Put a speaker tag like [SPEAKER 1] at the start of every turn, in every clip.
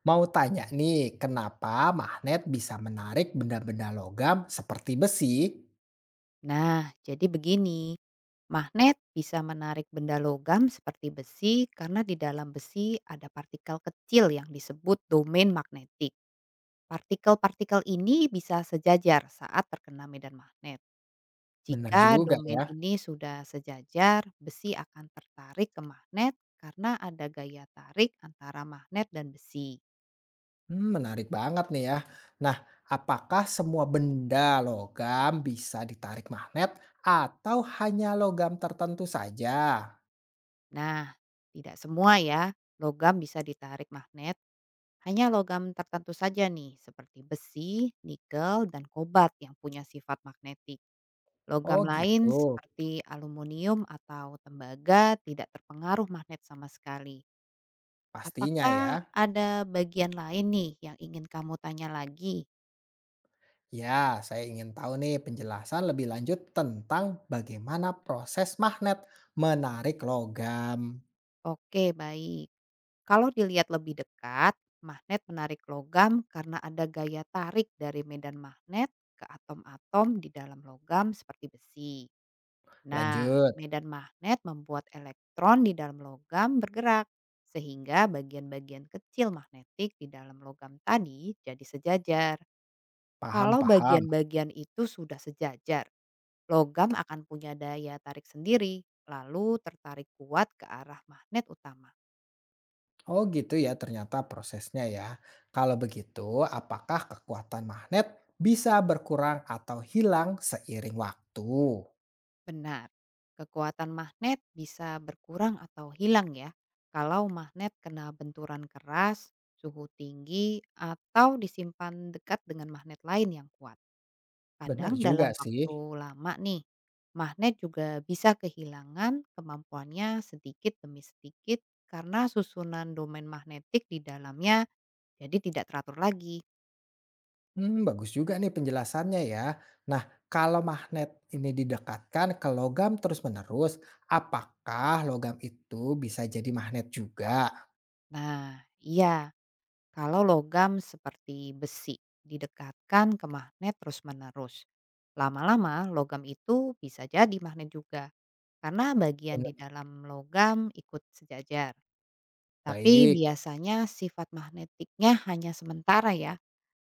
[SPEAKER 1] Mau tanya nih, kenapa magnet bisa menarik benda-benda logam seperti besi?
[SPEAKER 2] Nah, jadi begini, magnet bisa menarik benda logam seperti besi karena di dalam besi ada partikel kecil yang disebut domain magnetik. Partikel-partikel ini bisa sejajar saat terkena medan magnet.
[SPEAKER 1] Benar
[SPEAKER 2] Jika
[SPEAKER 1] juga
[SPEAKER 2] domain
[SPEAKER 1] ya.
[SPEAKER 2] ini sudah sejajar, besi akan tertarik ke magnet karena ada gaya tarik antara magnet dan besi.
[SPEAKER 1] Hmm, menarik banget nih ya. Nah, apakah semua benda logam bisa ditarik magnet atau hanya logam tertentu saja?
[SPEAKER 2] Nah, tidak semua ya, logam bisa ditarik magnet. Hanya logam tertentu saja nih, seperti besi, nikel, dan kobat yang punya sifat magnetik.
[SPEAKER 1] Oh
[SPEAKER 2] Logam lain
[SPEAKER 1] gitu,
[SPEAKER 2] seperti aluminium atau tembaga tidak terpengaruh magnet sama sekali.
[SPEAKER 1] pastinya ya.
[SPEAKER 2] Apakah ada bagian lain nih yang ingin kamu tanya lagi?
[SPEAKER 1] Ya, saya ingin tahu nih penjelasan lebih lanjut tentang bagaimana proses magnet menarik logam.
[SPEAKER 2] Oke, baik. Kalau dilihat lebih dekat, magnet menarik logam karena ada gaya tarik dari medan magnet ke atom-atom di dalam logam seperti besi. Nah,
[SPEAKER 1] Lanjut,
[SPEAKER 2] medan magnet membuat elektron di dalam logam bergerak, sehingga bagian-bagian kecil magnetik di dalam logam tadi jadi sejajar. Kalau
[SPEAKER 1] paham-paham.
[SPEAKER 2] bagian-bagian itu sudah sejajar, logam akan punya daya tarik sendiri, lalu tertarik kuat ke arah magnet utama.
[SPEAKER 1] Oh gitu ya ternyata prosesnya ya. Kalau begitu, apakah kekuatan magnet bisa berkurang atau hilang seiring waktu?
[SPEAKER 2] Benar, kekuatan magnet bisa berkurang atau hilang ya kalau magnet kena benturan keras, suhu tinggi, atau disimpan dekat dengan magnet lain yang kuat.
[SPEAKER 1] Benar
[SPEAKER 2] Kadang
[SPEAKER 1] juga
[SPEAKER 2] dalam
[SPEAKER 1] sih.
[SPEAKER 2] waktu lama nih, magnet juga bisa kehilangan kemampuannya sedikit demi sedikit karena susunan domain magnetik di dalamnya jadi tidak teratur lagi.
[SPEAKER 1] Hmm, bagus juga nih penjelasannya ya. Nah, kalau magnet ini didekatkan ke logam terus-menerus, apakah logam itu bisa jadi magnet juga?
[SPEAKER 2] Nah, iya, kalau logam seperti besi didekatkan ke magnet terus-menerus. Lama-lama logam itu bisa jadi magnet juga karena bagian di
[SPEAKER 1] Benar,
[SPEAKER 2] dalam logam ikut sejajar. Tapi
[SPEAKER 1] baik.
[SPEAKER 2] biasanya sifat magnetiknya hanya sementara ya.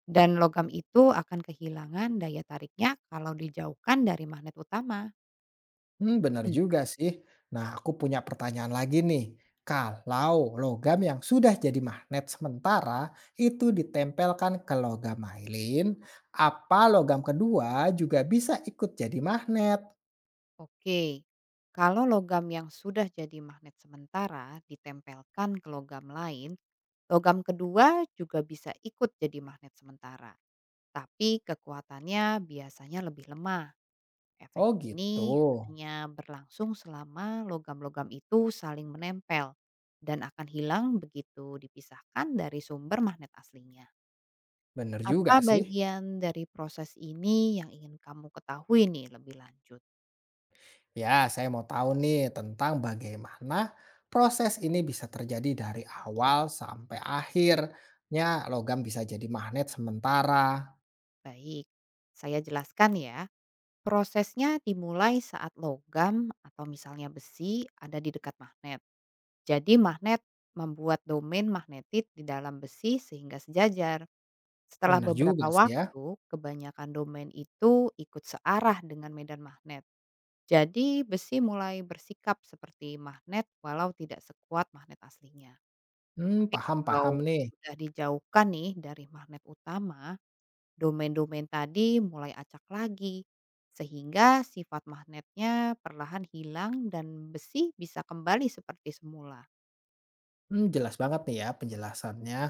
[SPEAKER 2] Dan logam itu akan kehilangan daya tariknya kalau dijauhkan dari magnet utama.
[SPEAKER 1] Hmm, benar
[SPEAKER 2] Hmm.
[SPEAKER 1] juga sih. Nah, aku punya pertanyaan lagi nih. Kalau logam yang sudah jadi magnet sementara itu ditempelkan ke logam lain, apa logam kedua juga bisa ikut jadi magnet?
[SPEAKER 2] Oke, kalau logam yang sudah jadi magnet sementara ditempelkan ke logam lain, logam kedua juga bisa ikut jadi magnet sementara, tapi kekuatannya biasanya lebih lemah. Efek
[SPEAKER 1] Oh gitu.
[SPEAKER 2] ini hanya berlangsung selama logam-logam itu saling menempel dan akan hilang begitu dipisahkan dari sumber magnet aslinya.
[SPEAKER 1] Bener juga
[SPEAKER 2] Apa
[SPEAKER 1] sih.
[SPEAKER 2] bagian dari proses ini yang ingin kamu ketahui nih lebih lanjut?
[SPEAKER 1] Ya, saya mau tahu nih tentang bagaimana proses ini bisa terjadi dari awal sampai akhirnya logam bisa jadi magnet sementara.
[SPEAKER 2] Baik, saya jelaskan ya. Prosesnya dimulai saat logam atau misalnya besi ada di dekat magnet. Jadi magnet membuat domain magnetit di dalam besi sehingga sejajar. Setelah
[SPEAKER 1] Bener juga
[SPEAKER 2] beberapa
[SPEAKER 1] sih ya.
[SPEAKER 2] waktu, kebanyakan domain itu ikut searah dengan medan magnet. Jadi besi mulai bersikap seperti magnet walau tidak sekuat magnet aslinya.
[SPEAKER 1] Hmm,
[SPEAKER 2] Tapi
[SPEAKER 1] paham-paham
[SPEAKER 2] kalau
[SPEAKER 1] nih.
[SPEAKER 2] sudah dijauhkan nih dari magnet utama, domain-domain tadi mulai acak lagi. Sehingga sifat magnetnya perlahan hilang dan besi bisa kembali seperti semula.
[SPEAKER 1] Mmm, jelas banget nih ya penjelasannya.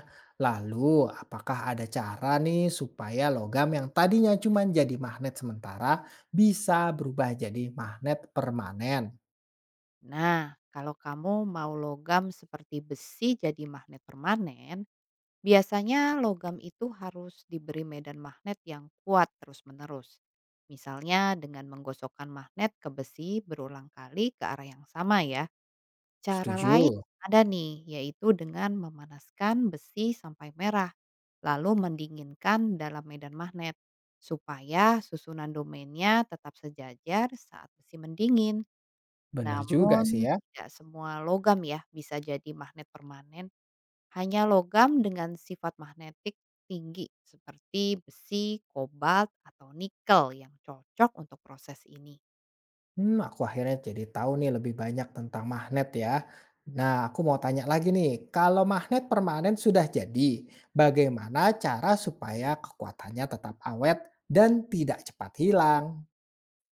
[SPEAKER 1] Lalu, apakah ada cara nih supaya logam yang tadinya cuma jadi magnet sementara, bisa berubah jadi magnet permanen?
[SPEAKER 2] Nah, kalau kamu mau logam seperti besi jadi magnet permanen, biasanya logam itu harus diberi medan magnet yang kuat terus-menerus. Misalnya dengan menggosokkan magnet ke besi berulang kali ke arah yang sama ya. Cara
[SPEAKER 1] Setuju,
[SPEAKER 2] lain ada nih, yaitu dengan memanaskan besi sampai merah, lalu mendinginkan dalam medan magnet, supaya susunan domainnya tetap sejajar saat besi mendingin.
[SPEAKER 1] bener juga sih
[SPEAKER 2] Namun
[SPEAKER 1] ya.
[SPEAKER 2] tidak semua logam ya bisa jadi magnet permanen, hanya logam dengan sifat magnetik tinggi seperti besi, kobalt, atau nikel yang cocok untuk proses ini.
[SPEAKER 1] Hmm, aku akhirnya jadi tahu nih lebih banyak tentang magnet ya. Nah, aku mau tanya lagi nih, kalau magnet permanen sudah jadi, bagaimana cara supaya kekuatannya tetap awet dan tidak cepat hilang?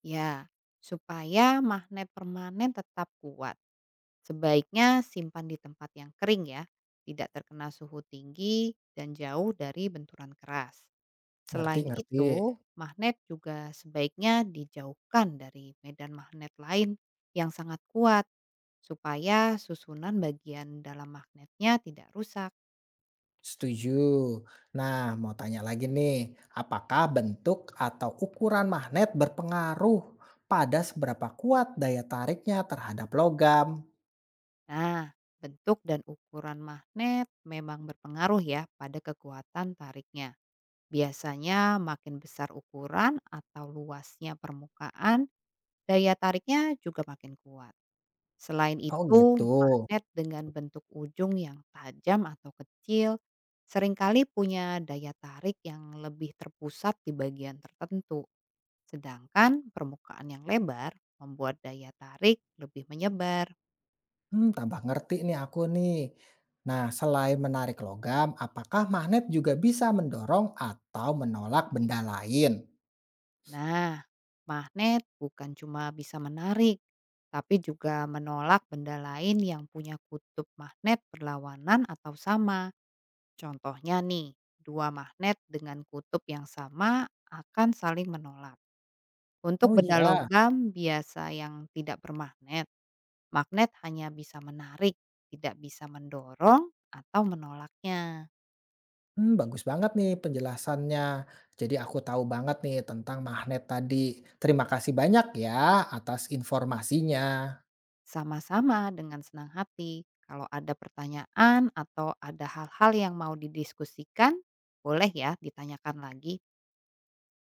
[SPEAKER 2] Ya, supaya magnet permanen tetap kuat. Sebaiknya simpan di tempat yang kering ya, tidak terkena suhu tinggi dan jauh dari benturan keras.
[SPEAKER 1] Ngerti
[SPEAKER 2] Selain
[SPEAKER 1] ngerti.
[SPEAKER 2] itu, magnet juga sebaiknya dijauhkan dari medan magnet lain yang sangat kuat supaya susunan bagian dalam magnetnya tidak rusak.
[SPEAKER 1] Setuju. Nah, mau tanya lagi nih, apakah bentuk atau ukuran magnet berpengaruh pada seberapa kuat daya tariknya terhadap logam?
[SPEAKER 2] Nah, bentuk dan ukuran magnet memang berpengaruh ya pada kekuatan tariknya. Biasanya makin besar ukuran atau luasnya permukaan, daya tariknya juga makin kuat. Selain
[SPEAKER 1] Oh
[SPEAKER 2] itu,
[SPEAKER 1] gitu.
[SPEAKER 2] magnet dengan bentuk ujung yang tajam atau kecil seringkali punya daya tarik yang lebih terpusat di bagian tertentu. Sedangkan permukaan yang lebar membuat daya tarik lebih menyebar.
[SPEAKER 1] Hmm, tambah ngerti nih aku nih. Nah, selain menarik logam, apakah magnet juga bisa mendorong atau menolak benda lain?
[SPEAKER 2] Nah, magnet bukan cuma bisa menarik, tapi juga menolak benda lain yang punya kutub magnet berlawanan atau sama. Contohnya nih, dua magnet dengan kutub yang sama akan saling menolak. Untuk
[SPEAKER 1] Oh
[SPEAKER 2] benda
[SPEAKER 1] iya,
[SPEAKER 2] logam biasa yang tidak bermagnet, magnet hanya bisa menarik, tidak bisa mendorong atau menolaknya.
[SPEAKER 1] hmm, bagus banget nih penjelasannya. Jadi aku tahu banget nih tentang magnet tadi. Terima kasih banyak ya atas informasinya.
[SPEAKER 2] Sama-sama dengan senang hati. Kalau ada pertanyaan atau ada hal-hal yang mau didiskusikan, boleh ya ditanyakan lagi.